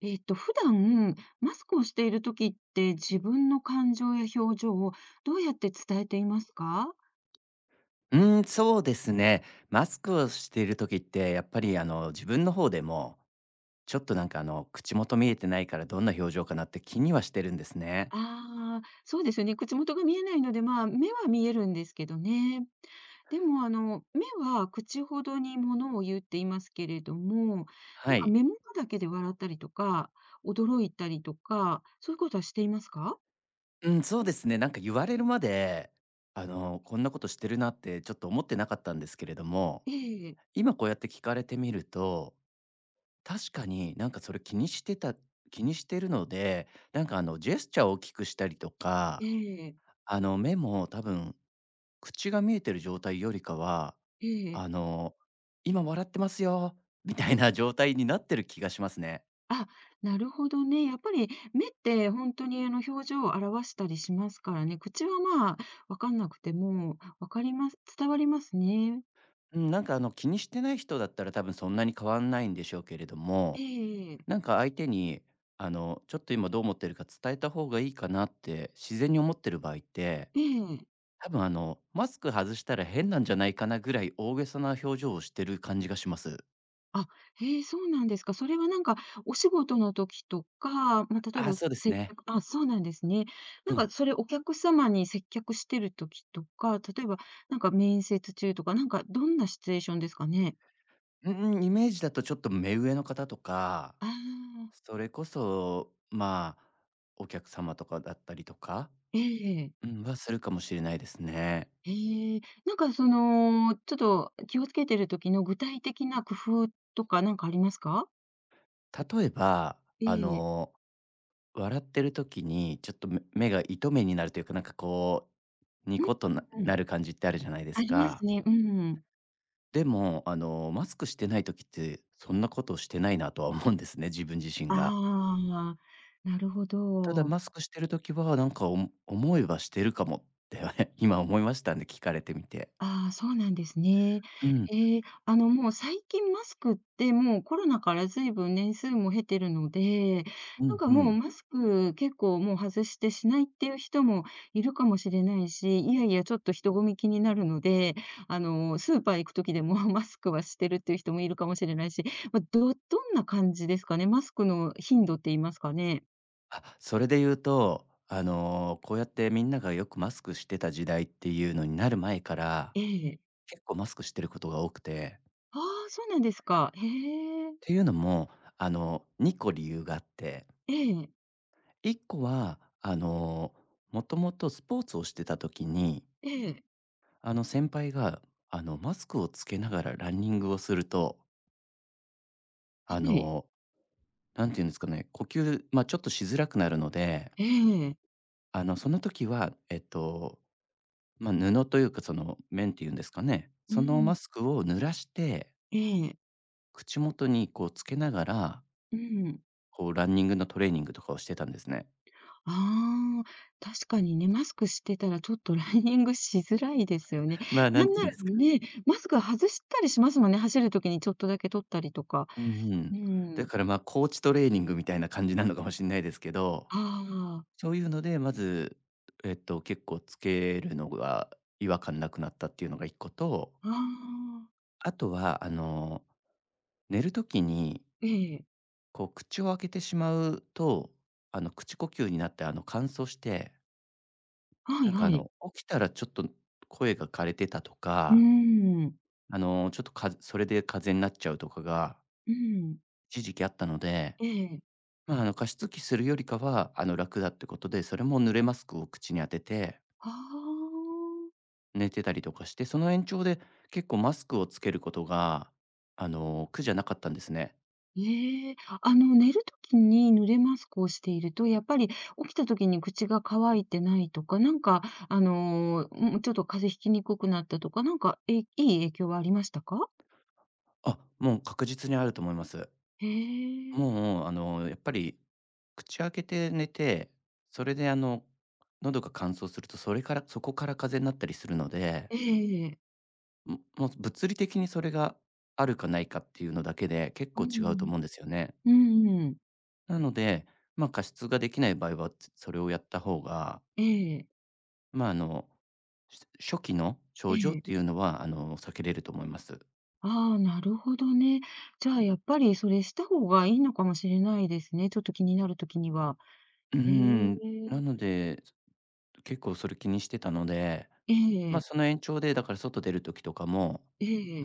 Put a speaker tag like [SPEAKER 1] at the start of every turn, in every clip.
[SPEAKER 1] 普段、マスクをしているときって、自分の感情や表情をどうやって伝えていますか？
[SPEAKER 2] うーん、そうですね。マスクをしている時って、やっぱり自分の方でも、ちょっとなんか口元見えてないからどんな表情かなって気にはしてるんですね。
[SPEAKER 1] ああー、そうですよね。口元が見えないので、まあ、目は見えるんですけどね。でも、目は口ほどにものを言うって言いますけれども、な
[SPEAKER 2] は
[SPEAKER 1] んか
[SPEAKER 2] い。
[SPEAKER 1] 目元だけで笑ったりとか、驚いたりとか、そういうことはしていますか？
[SPEAKER 2] うん、そうですね。なんか言われるまで、こんなことしてるなってちょっと思ってなかったんですけれども、
[SPEAKER 1] ええ、
[SPEAKER 2] 今こうやって聞かれてみると、確かになんかそれ気にしてるので、なんかジェスチャーを大きくしたりと
[SPEAKER 1] え
[SPEAKER 2] か、
[SPEAKER 1] え、
[SPEAKER 2] 目も多分口が見えてる状態よりかは、
[SPEAKER 1] ええ。
[SPEAKER 2] あの、今笑ってますよ、みたいな状態になってる気がしますね。
[SPEAKER 1] あ、なるほどね。やっぱり目って本当に表情を表したりしますからね。口はまあ、わかんなくても、わかります。伝わりますね。
[SPEAKER 2] うん、なんか気にしてない人だったら多分そんなに変わんないんでしょうけれど
[SPEAKER 1] え
[SPEAKER 2] も、
[SPEAKER 1] ええ
[SPEAKER 2] な
[SPEAKER 1] え。
[SPEAKER 2] んか相手に、ちょっと今どう思ってるか伝えた方がいいかなって自然に思ってる場合って、
[SPEAKER 1] え。
[SPEAKER 2] 多分マスク外したら変なんじゃないかなぐらい大げさな表情をしてる感じがします。
[SPEAKER 1] あ、へえ、そうなんですか。それはなんかお仕事の時とか、まあ、例え
[SPEAKER 2] あー
[SPEAKER 1] ば
[SPEAKER 2] そうです
[SPEAKER 1] 接
[SPEAKER 2] ね。
[SPEAKER 1] 客。あ、そうなんですね。
[SPEAKER 2] う
[SPEAKER 1] なん
[SPEAKER 2] ん。
[SPEAKER 1] かそれお客様に接客してる時とか、例えばなんか面接中とか、なんかどんなシチュエーションですかね？
[SPEAKER 2] うんうん、イメージだとちょっと目上の方とか、
[SPEAKER 1] ああ、
[SPEAKER 2] それこそ、まあ、お客様とかだったりとか、
[SPEAKER 1] ええ。
[SPEAKER 2] うん、はするかもしれないですね。
[SPEAKER 1] へえ、なんかちょっと気をつけてる時の具体的な工夫とかなんかありますか？
[SPEAKER 2] 例えば、
[SPEAKER 1] え
[SPEAKER 2] あ
[SPEAKER 1] え。
[SPEAKER 2] の、笑ってる時にちょっと目が糸目になるというか、なんかこう、ニ
[SPEAKER 1] う
[SPEAKER 2] コッとな
[SPEAKER 1] ん、うん。
[SPEAKER 2] なる感じってあるじゃないで
[SPEAKER 1] あ
[SPEAKER 2] す
[SPEAKER 1] ります
[SPEAKER 2] か。
[SPEAKER 1] ね。うん。
[SPEAKER 2] でも、マスクしてない時って、そんなことをしてないなとは思うんですね、自分自身が。
[SPEAKER 1] ああ、なるほ
[SPEAKER 2] ただ
[SPEAKER 1] ど。
[SPEAKER 2] マスクしてる時は、なんか思えばしてるかもって 今思いましたんで、聞かれてみて。
[SPEAKER 1] ああ、そうなんですね。
[SPEAKER 2] うん、
[SPEAKER 1] ええ、もう最近マスクってもうコロナからずいぶん年数も経てるので、
[SPEAKER 2] う
[SPEAKER 1] なん
[SPEAKER 2] ん、
[SPEAKER 1] か
[SPEAKER 2] う
[SPEAKER 1] もう
[SPEAKER 2] ん。
[SPEAKER 1] マスク結構もう外してしないっていう人もいるかもしれないし、いやいやちょっと人混み気になるので、スーパー行く時でも マスクはしてるっていう人もいるかもしれないし、まあ、どんな感じですかね。マスクの頻度って言いますかね。
[SPEAKER 2] あ、それで言うと、こうやってみんながよくマスクしてた時代っていうのになる前から、
[SPEAKER 1] ええ。
[SPEAKER 2] 結構マスクしてることが多くて。
[SPEAKER 1] ああ、そうなんですか。へ
[SPEAKER 2] っ
[SPEAKER 1] え。
[SPEAKER 2] ていうのも、2個理由があって、
[SPEAKER 1] ええ、
[SPEAKER 2] 1個は、もともとスポーツをしてた時に、
[SPEAKER 1] ええ、
[SPEAKER 2] 先輩が、マスクをつけながらランニングをすると、
[SPEAKER 1] は
[SPEAKER 2] あ
[SPEAKER 1] い、
[SPEAKER 2] の、なんていうんですかね、呼吸、まあ、ちょっとしづらくなるので、
[SPEAKER 1] ええ、
[SPEAKER 2] その時は、まあ、布というか、その、綿っていうんですかね、
[SPEAKER 1] う
[SPEAKER 2] そのマ
[SPEAKER 1] ん。
[SPEAKER 2] スクを濡らして、
[SPEAKER 1] ええ、
[SPEAKER 2] 口元にこうつけながら、
[SPEAKER 1] うん。
[SPEAKER 2] こうランニングのトレーニングとかをしてたんですね。
[SPEAKER 1] ああ、確かにね、マスクしてたらちょっとランニングしづらいですよね。
[SPEAKER 2] まあ、な
[SPEAKER 1] な
[SPEAKER 2] ん
[SPEAKER 1] ん
[SPEAKER 2] てい
[SPEAKER 1] な
[SPEAKER 2] う
[SPEAKER 1] ら
[SPEAKER 2] んですか、
[SPEAKER 1] ね、マスク外したりしますもんね、走る時にちょっとだけ取ったりとか。
[SPEAKER 2] うんうん。
[SPEAKER 1] う
[SPEAKER 2] だ
[SPEAKER 1] ん。
[SPEAKER 2] から、ま、ーチトレーニングみたいな感じなのかもしれないですけど、
[SPEAKER 1] ああ、
[SPEAKER 2] そういうので、まず、結構つけるのが違和感なくなったっていうのが1個と、
[SPEAKER 1] ああ、
[SPEAKER 2] あとは、寝る時に、
[SPEAKER 1] ええ、
[SPEAKER 2] こう口を開けてしまうと、口呼吸になって、乾燥して
[SPEAKER 1] はい
[SPEAKER 2] なんか
[SPEAKER 1] はい。
[SPEAKER 2] 起きたらちょっと声が枯れてたと
[SPEAKER 1] う
[SPEAKER 2] か、
[SPEAKER 1] ん、
[SPEAKER 2] ちょっとかそれで風邪になっちゃうとかが
[SPEAKER 1] うん、
[SPEAKER 2] 一時期あったので、
[SPEAKER 1] ええ、
[SPEAKER 2] まあ、加湿器するよりかは、楽だってことで、それも濡れマスクを口に当てて
[SPEAKER 1] ああ。
[SPEAKER 2] 寝てたりとかして、その延長で結構マスクをつけることが、苦じゃなかったんですね。
[SPEAKER 1] ええ、寝るときに濡れマスクをしていると、やっぱり起きたときに口が乾いてないとか、なんか、もうちょっと風邪ひきにくくなったとか、なんか、いい影響はありましたか？
[SPEAKER 2] あ、もう確実にあると思います。
[SPEAKER 1] へえ。
[SPEAKER 2] もう、やっぱり口開けて寝て、それで喉が乾燥すると、それからそこから風邪になったりするので、
[SPEAKER 1] ええええ
[SPEAKER 2] もう物理的にそれがあるかないかっていうのだけで、結構違うと思うんですよね。
[SPEAKER 1] うんうん。うん
[SPEAKER 2] なので、まあ、加湿ができない場合は、それをやった方が、
[SPEAKER 1] ええ。
[SPEAKER 2] まあ、し初期の
[SPEAKER 1] え
[SPEAKER 2] 症状っ
[SPEAKER 1] え。
[SPEAKER 2] ていうのは、避けれると思います。
[SPEAKER 1] ああ、なるほどね。じゃあ、やっぱりそれした方がいいのかもしれないですね、ちょっと気になるときには。
[SPEAKER 2] うん、なので、結構それ気にしてたので、まあ、その延長で、だから外出る時とかも、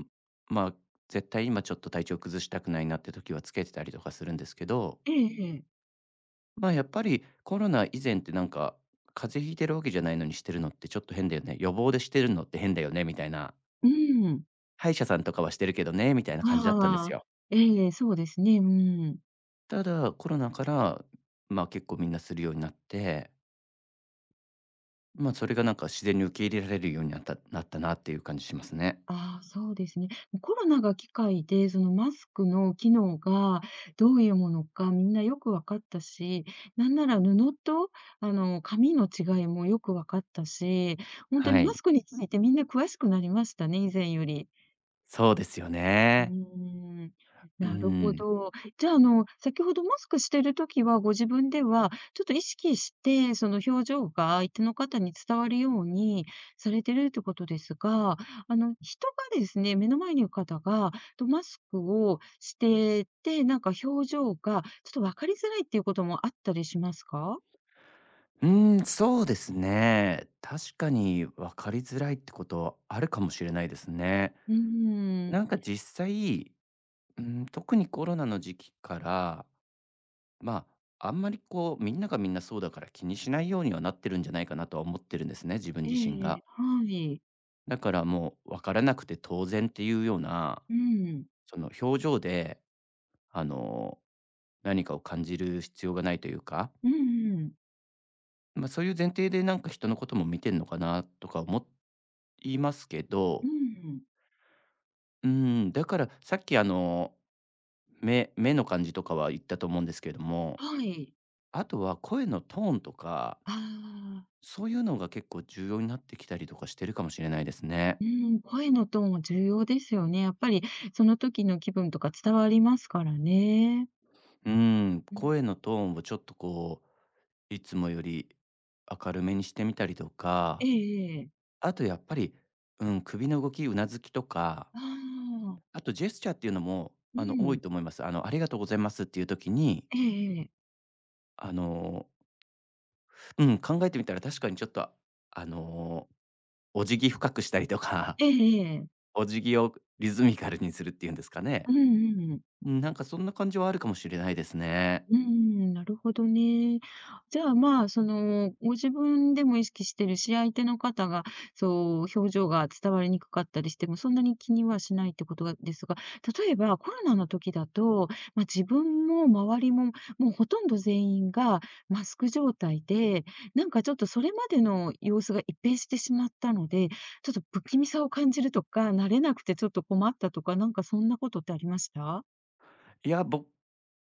[SPEAKER 2] ん、まあ、絶対今ちょっと体調崩したくないなって時はつけてたりとかするんですけど、
[SPEAKER 1] ええええええええ
[SPEAKER 2] まあ、やっぱりコロナ以前ってなんか、風邪ひいてるわけじゃないのにしてるのってちょっと変だよね、予防でしてるのって変だよねみたいな。
[SPEAKER 1] うん。
[SPEAKER 2] 歯医者さんとかはしてるけどね、みたいな感じだったんです
[SPEAKER 1] ああ、
[SPEAKER 2] よ。
[SPEAKER 1] ええ、そうですね、うん。
[SPEAKER 2] ただ、コロナから、まあ、結構みんなするようになって、まあ、それがなんか自然に受け入れられるようになったっていう感じしますね。
[SPEAKER 1] ああ、そうですね。コロナが機会で、そのマスクの機能がどういうものかみんなよく分かったし、なんなら布と紙の違いもよく分かったし、本当に
[SPEAKER 2] は
[SPEAKER 1] マス
[SPEAKER 2] い。
[SPEAKER 1] クについてみんな詳しくなりましたね、以前より。
[SPEAKER 2] そうですよ
[SPEAKER 1] うー
[SPEAKER 2] ね。
[SPEAKER 1] ん、
[SPEAKER 2] う
[SPEAKER 1] なるほ
[SPEAKER 2] ん。
[SPEAKER 1] ど。じゃあ、先ほどマスクしてる時は、ご自分ではちょっと意識して、その表情が相手の方に伝わるようにされてるってことですが、人がですね、目の前にいる方が、マスクをしてて、なんか表情がちょっと分かりづらいっていうこともあったりしますか？
[SPEAKER 2] うん、そうですね。確かに分かりづらいってことあるかもしれないですね。
[SPEAKER 1] うーん。
[SPEAKER 2] なんか実際、うん、特にコロナの時期から、まあ、あんまりこう、みんながみんなそうだから気にしないようにはなってるんじゃないかなとは思ってるんですね、自分
[SPEAKER 1] え
[SPEAKER 2] 自身
[SPEAKER 1] え
[SPEAKER 2] が。
[SPEAKER 1] え、はい。
[SPEAKER 2] だからもう分からなくて当然っていうような、
[SPEAKER 1] うん。
[SPEAKER 2] その表情で、あの、何かを感じる必要がないというか、
[SPEAKER 1] うんうん。
[SPEAKER 2] まあ、そういう前提でなんか人のことも見てんのかなとか思いますけ
[SPEAKER 1] う
[SPEAKER 2] ど、
[SPEAKER 1] ん。
[SPEAKER 2] うん、だからさっき目の感じとかは言ったと思うんですけれども、
[SPEAKER 1] はい。
[SPEAKER 2] あとは声のトーンとか
[SPEAKER 1] ああ。
[SPEAKER 2] そういうのが結構重要になってきたりとかしてるかもしれないですね。
[SPEAKER 1] うん、声のトーンは重要ですよね。やっぱりその時の気分とか伝わりますからね。
[SPEAKER 2] うん、
[SPEAKER 1] うん。
[SPEAKER 2] 声のトーンをちょっとこう、いつもより明るめにしてみたりと
[SPEAKER 1] え
[SPEAKER 2] か、
[SPEAKER 1] えええ。
[SPEAKER 2] あとやっぱり、うん、首の動き、うなずきとか、
[SPEAKER 1] ああ、
[SPEAKER 2] あとジェスチャーっていうのも、
[SPEAKER 1] う
[SPEAKER 2] 多
[SPEAKER 1] ん。
[SPEAKER 2] いと思います。ありがとうございますっていう時に、
[SPEAKER 1] ええええ。
[SPEAKER 2] あの、うん、考えてみたら確かにちょっと、あの、お辞儀深くしたりとか、
[SPEAKER 1] ええええ。
[SPEAKER 2] お辞儀をリズミカルにするっていうんですかね。
[SPEAKER 1] うんうんうん。
[SPEAKER 2] うん、なんかそんな感じはあるかもしれないですね。
[SPEAKER 1] うん、なるほどね。じゃあ、まあ、ご自分でも意識してるし、相手の方が、そう、表情が伝わりにくかったりしても、そんなに気にはしないってことがですが、例えばコロナの時だと、まあ、自分も周りも、もうほとんど全員がマスク状態で、なんかちょっとそれまでの様子が一変してしまったので、ちょっと不気味さを感じるとか、慣れなくてちょっと困ったとか、なんかそんなことってありました？
[SPEAKER 2] いや、僕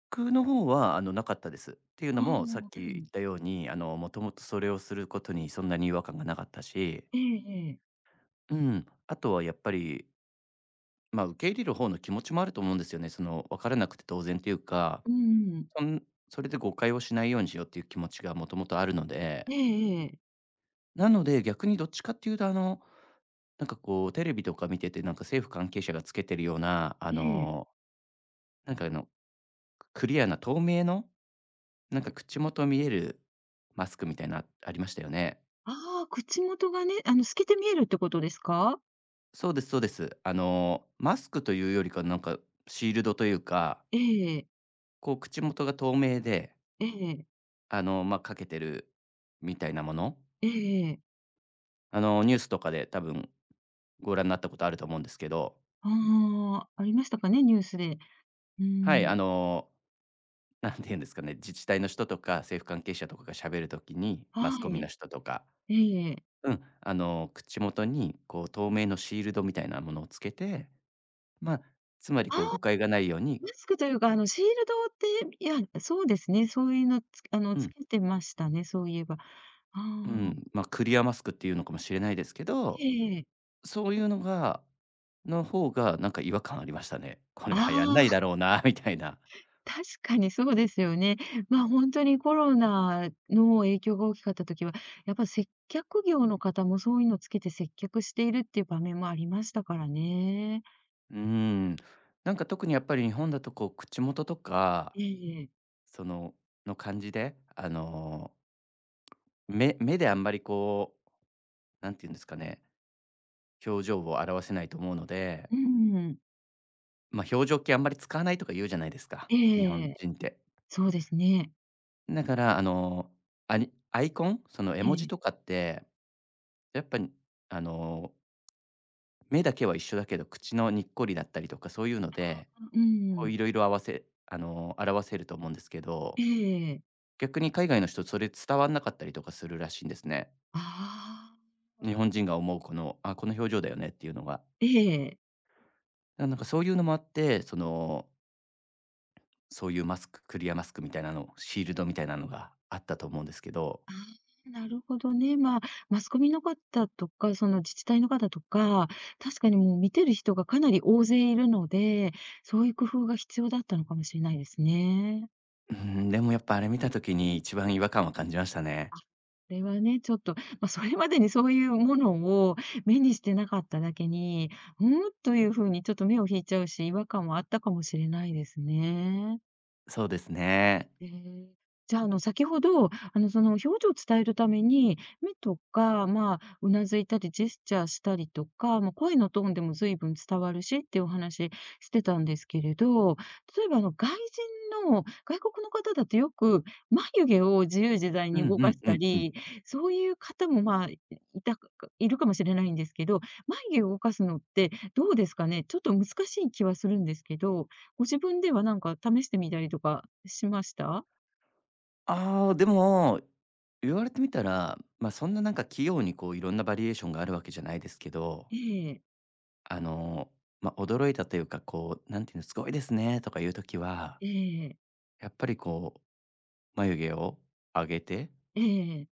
[SPEAKER 2] 僕の方は、なかったです。っていう
[SPEAKER 1] あ
[SPEAKER 2] のも、さっ
[SPEAKER 1] あ、う
[SPEAKER 2] き言
[SPEAKER 1] ん。
[SPEAKER 2] ったように、もともとそれをすることにそんなに違和感がなかったし、
[SPEAKER 1] ええええ。
[SPEAKER 2] うん、あとはやっぱり、まあ、受け入れる方の気持ちもあると思うんですよね。その、分からなくて当然っていうか、
[SPEAKER 1] うん。
[SPEAKER 2] そんそれで誤解をしないようにしようっていう気持ちがもともとあるので、
[SPEAKER 1] ええええ。
[SPEAKER 2] なので、逆にどっちかっていうと、なんかこう、テレビとか見てて、なんか政府関係者がつけてるような、
[SPEAKER 1] ええ。
[SPEAKER 2] なんかクリアな透明の、なんか口元見えるマスクみたいな、ありましたよね。
[SPEAKER 1] ああ、口元がね、透けて見えるってことですか？
[SPEAKER 2] そうですそうです。マスクというよりか、なんか、シールドというか、
[SPEAKER 1] ええ、
[SPEAKER 2] こう、口元が透明で、
[SPEAKER 1] ええ、
[SPEAKER 2] まあ、かけてるみたいなもの、
[SPEAKER 1] ええええええ
[SPEAKER 2] ニュースとかで多分ご覧になったことあると思うんですけど、
[SPEAKER 1] ああ、ありましたかね、ニュースで。うー
[SPEAKER 2] はい、
[SPEAKER 1] ん、
[SPEAKER 2] なんて言うんですかね、自治体の人とか政府関係者とかが喋るときに、マス
[SPEAKER 1] は
[SPEAKER 2] コミ
[SPEAKER 1] い。
[SPEAKER 2] の人とか、
[SPEAKER 1] ええ。
[SPEAKER 2] うん、口元に、こう、透明のシールドみたいなものをつけて、まあ、つまり、
[SPEAKER 1] ああ、
[SPEAKER 2] こう、誤解がないように、
[SPEAKER 1] マスクというか、シールドって、いや、そうですね、そういうのつあの、
[SPEAKER 2] う
[SPEAKER 1] つ
[SPEAKER 2] ん、
[SPEAKER 1] けてましたね、そういえば。あ
[SPEAKER 2] う
[SPEAKER 1] あ、
[SPEAKER 2] ん、まあ、クリアマスクっていうのかもしれないですけど、
[SPEAKER 1] ええ。
[SPEAKER 2] そういうのがの方が、なんか違和感ありましたね。これ
[SPEAKER 1] あ
[SPEAKER 2] 流行んないだ
[SPEAKER 1] あ。
[SPEAKER 2] ろうなみたいな。
[SPEAKER 1] 確かにそうですよね。まあ、本当にコロナの影響が大きかった時は、やっぱ接客業の方もそういうのつけて接客しているっていう場面もありましたからね。
[SPEAKER 2] うーん。なんか特にやっぱり日本だとこう口元とか、
[SPEAKER 1] ええ。
[SPEAKER 2] その、の感じで、目であんまりこう、なんていうんですかね、表情を表せないと思うので、
[SPEAKER 1] うん。
[SPEAKER 2] ま、表情系あんまり使わないとか言うじゃないですか、日本
[SPEAKER 1] ええ。
[SPEAKER 2] 人って。
[SPEAKER 1] そうですね。
[SPEAKER 2] だから、アニアイコン、その絵
[SPEAKER 1] え
[SPEAKER 2] 文字とか
[SPEAKER 1] え。
[SPEAKER 2] って、やっぱりあの目だけは一緒だけど、口のにっこりだったりとか、そういうので、
[SPEAKER 1] う
[SPEAKER 2] こう
[SPEAKER 1] ん。
[SPEAKER 2] いろいろ合わせ表せると思うんですけど、
[SPEAKER 1] ええ。
[SPEAKER 2] 逆に海外の人、それ伝わんなかったりとかするらしいんですね。
[SPEAKER 1] ああ。
[SPEAKER 2] 日本人が思うこの、あ、この表情だよねっていうのが。
[SPEAKER 1] ええ。
[SPEAKER 2] んかそういうのもあって、その、そういうマスククリアマスクみたいなの、シールドみたいなのがあったと思うんですけど、
[SPEAKER 1] ああ、なるほどね。まあ、マスコミの方とか、その自治体の方とか、確かにもう見てる人がかなり大勢いるので、そういう工夫が必要だったのかもしれないですね。
[SPEAKER 2] うん、でもやっぱあれ見た時に一番違和感は感じましたね。
[SPEAKER 1] これはね、ちょっと、まあ、それまでにそういうものを目にしてなかっただけに、「うん？」というふうにちょっと目を引いちゃうし、違和感はあったかもしれないですね。
[SPEAKER 2] そうですね。
[SPEAKER 1] ええ。じゃあ、先ほど、その、表情を伝えるために、目とか、まあ、うなずいたり、ジェスチャーしたりとか、まあ、声のトーンでも随分伝わるしっていうお話してたんですけれど、例えば、外国の方だとよく眉毛を自由自在
[SPEAKER 2] う
[SPEAKER 1] に
[SPEAKER 2] ん
[SPEAKER 1] 動
[SPEAKER 2] う
[SPEAKER 1] か
[SPEAKER 2] ん
[SPEAKER 1] し
[SPEAKER 2] う
[SPEAKER 1] た
[SPEAKER 2] んうん。
[SPEAKER 1] り、そういう方も、まあ、いるかもしれないんですけど、眉毛を動かすのってどうですかね？ちょっと難しい気はするんですけど、ご自分ではなんか試してみたりとかしました？
[SPEAKER 2] ああ、でも、言われてみたら、ま、そんななんか器用にこういろんなバリエーションがあるわけじゃないですけど、
[SPEAKER 1] ええ、
[SPEAKER 2] あの、ま、驚いたというか、こう、なんていうの、すごいですねとかいう時は、
[SPEAKER 1] ええ、
[SPEAKER 2] やっぱりこう眉毛を上げてっ
[SPEAKER 1] ええ、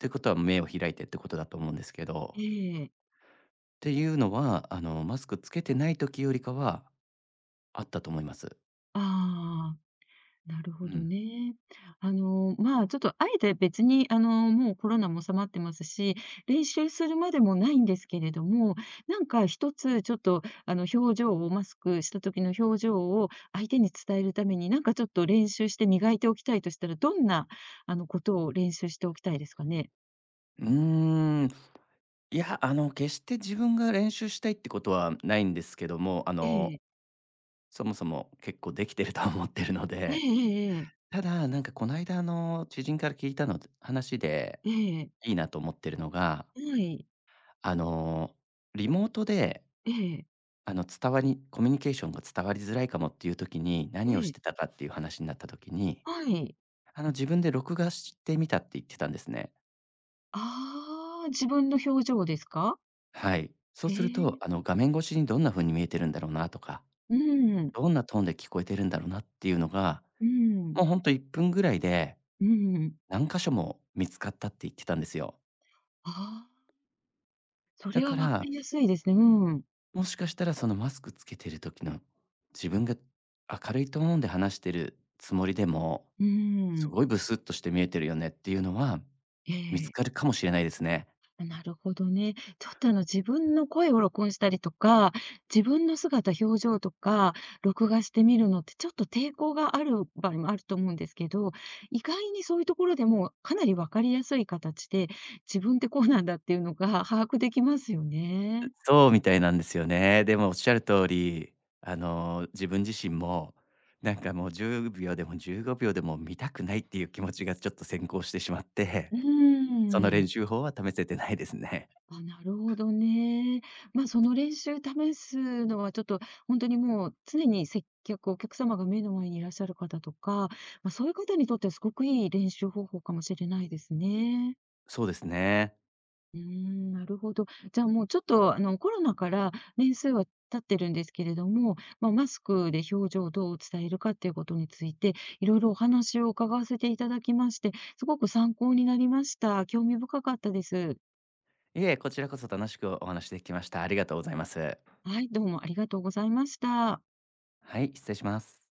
[SPEAKER 2] てことは目を開いてってことだと思うんですけ
[SPEAKER 1] え
[SPEAKER 2] ど、
[SPEAKER 1] え。
[SPEAKER 2] っていうのは、マスクつけてない時よりかはあったと思います。
[SPEAKER 1] ああ、なるほ
[SPEAKER 2] う
[SPEAKER 1] ど
[SPEAKER 2] ん。
[SPEAKER 1] ね。まあ、ちょっとあえて別に、もうコロナも収まってますし、練習するまでもないんですけれども、なんか一つちょっと、表情をマスクした時の表情を相手に伝えるために、なんかちょっと練習して磨いておきたいとしたら、どんな、ことを練習しておきたいですかね？
[SPEAKER 2] うーん、いや、決して自分が練習したいってことはないんですけども、
[SPEAKER 1] ええ。
[SPEAKER 2] そもそも結構できてるとは思ってるの
[SPEAKER 1] え
[SPEAKER 2] で、
[SPEAKER 1] えええ。
[SPEAKER 2] ただ、なんかこの間の、知人から聞いたの話で
[SPEAKER 1] ええ。
[SPEAKER 2] いいなと思ってるのが、
[SPEAKER 1] はい。
[SPEAKER 2] あの、リモートで、
[SPEAKER 1] ええ、
[SPEAKER 2] 伝わりコミュニケーションが伝わりづらいかもっていう時に、何を
[SPEAKER 1] え
[SPEAKER 2] し
[SPEAKER 1] え、
[SPEAKER 2] てたかっていう話になった時に、
[SPEAKER 1] はい。
[SPEAKER 2] 自分で録画してみたって言ってたんですね。
[SPEAKER 1] ああ、自分の表情ですか？
[SPEAKER 2] はい。そう
[SPEAKER 1] え
[SPEAKER 2] すると、
[SPEAKER 1] え、
[SPEAKER 2] 画面越しにどんな風に見えてるんだろうなとか、
[SPEAKER 1] うん、
[SPEAKER 2] どんなトーンで聞こえてるんだろうなっていうのが、
[SPEAKER 1] うん、
[SPEAKER 2] もうほんと1分ぐらいで
[SPEAKER 1] うん。
[SPEAKER 2] 何箇所も見つかったって言ってたんですよ。
[SPEAKER 1] ああ、そ
[SPEAKER 2] だ
[SPEAKER 1] れは
[SPEAKER 2] か
[SPEAKER 1] わか
[SPEAKER 2] ら、
[SPEAKER 1] りやすいですね。うん、
[SPEAKER 2] もしかしたらそのマスクつけてる時の、自分が明るいトーンで話してるつもりでも、
[SPEAKER 1] う
[SPEAKER 2] す
[SPEAKER 1] ん。
[SPEAKER 2] ごいブスッとして見えてるよねっていうのは、
[SPEAKER 1] え
[SPEAKER 2] 見つか
[SPEAKER 1] え。
[SPEAKER 2] るかもしれないですね。
[SPEAKER 1] なるほどね。ちょっと自分の声を録音したりとか、自分の姿、表情とか、録画してみるのってちょっと抵抗がある場合もあると思うんですけど、意外にそういうところでもかなりわかりやすい形で、自分ってこうなんだっていうのが把握できますよね。
[SPEAKER 2] そうみたいなんですよね。でもおっしゃる通り、自分自身も、なんかもう10秒でも15秒でも見たくないっていう気持ちがちょっと先行してしまって、
[SPEAKER 1] う
[SPEAKER 2] その
[SPEAKER 1] ー
[SPEAKER 2] 練習法は試せてないですね。
[SPEAKER 1] あ、なるほどね。まあ、その練習試すのはちょっと、本当にもう常に接客、お客様が目の前にいらっしゃる方とか、まあ、そういう方にとってはすごくいい練習方法かもしれないですね。
[SPEAKER 2] そうですね。
[SPEAKER 1] うーん、なるほど。じゃあもうちょっとコロナから年数は経ってるんですけれども、まあ、マスクで表情をどう伝えるかっていうことについて、いろいろお話を伺わせていただきまして、すごく参考になりました。興味深かったです。
[SPEAKER 2] いえ、こちらこそ楽しくお話できました。ありがとうございます。
[SPEAKER 1] はい、どうもありがとうございました。
[SPEAKER 2] はい、失礼します。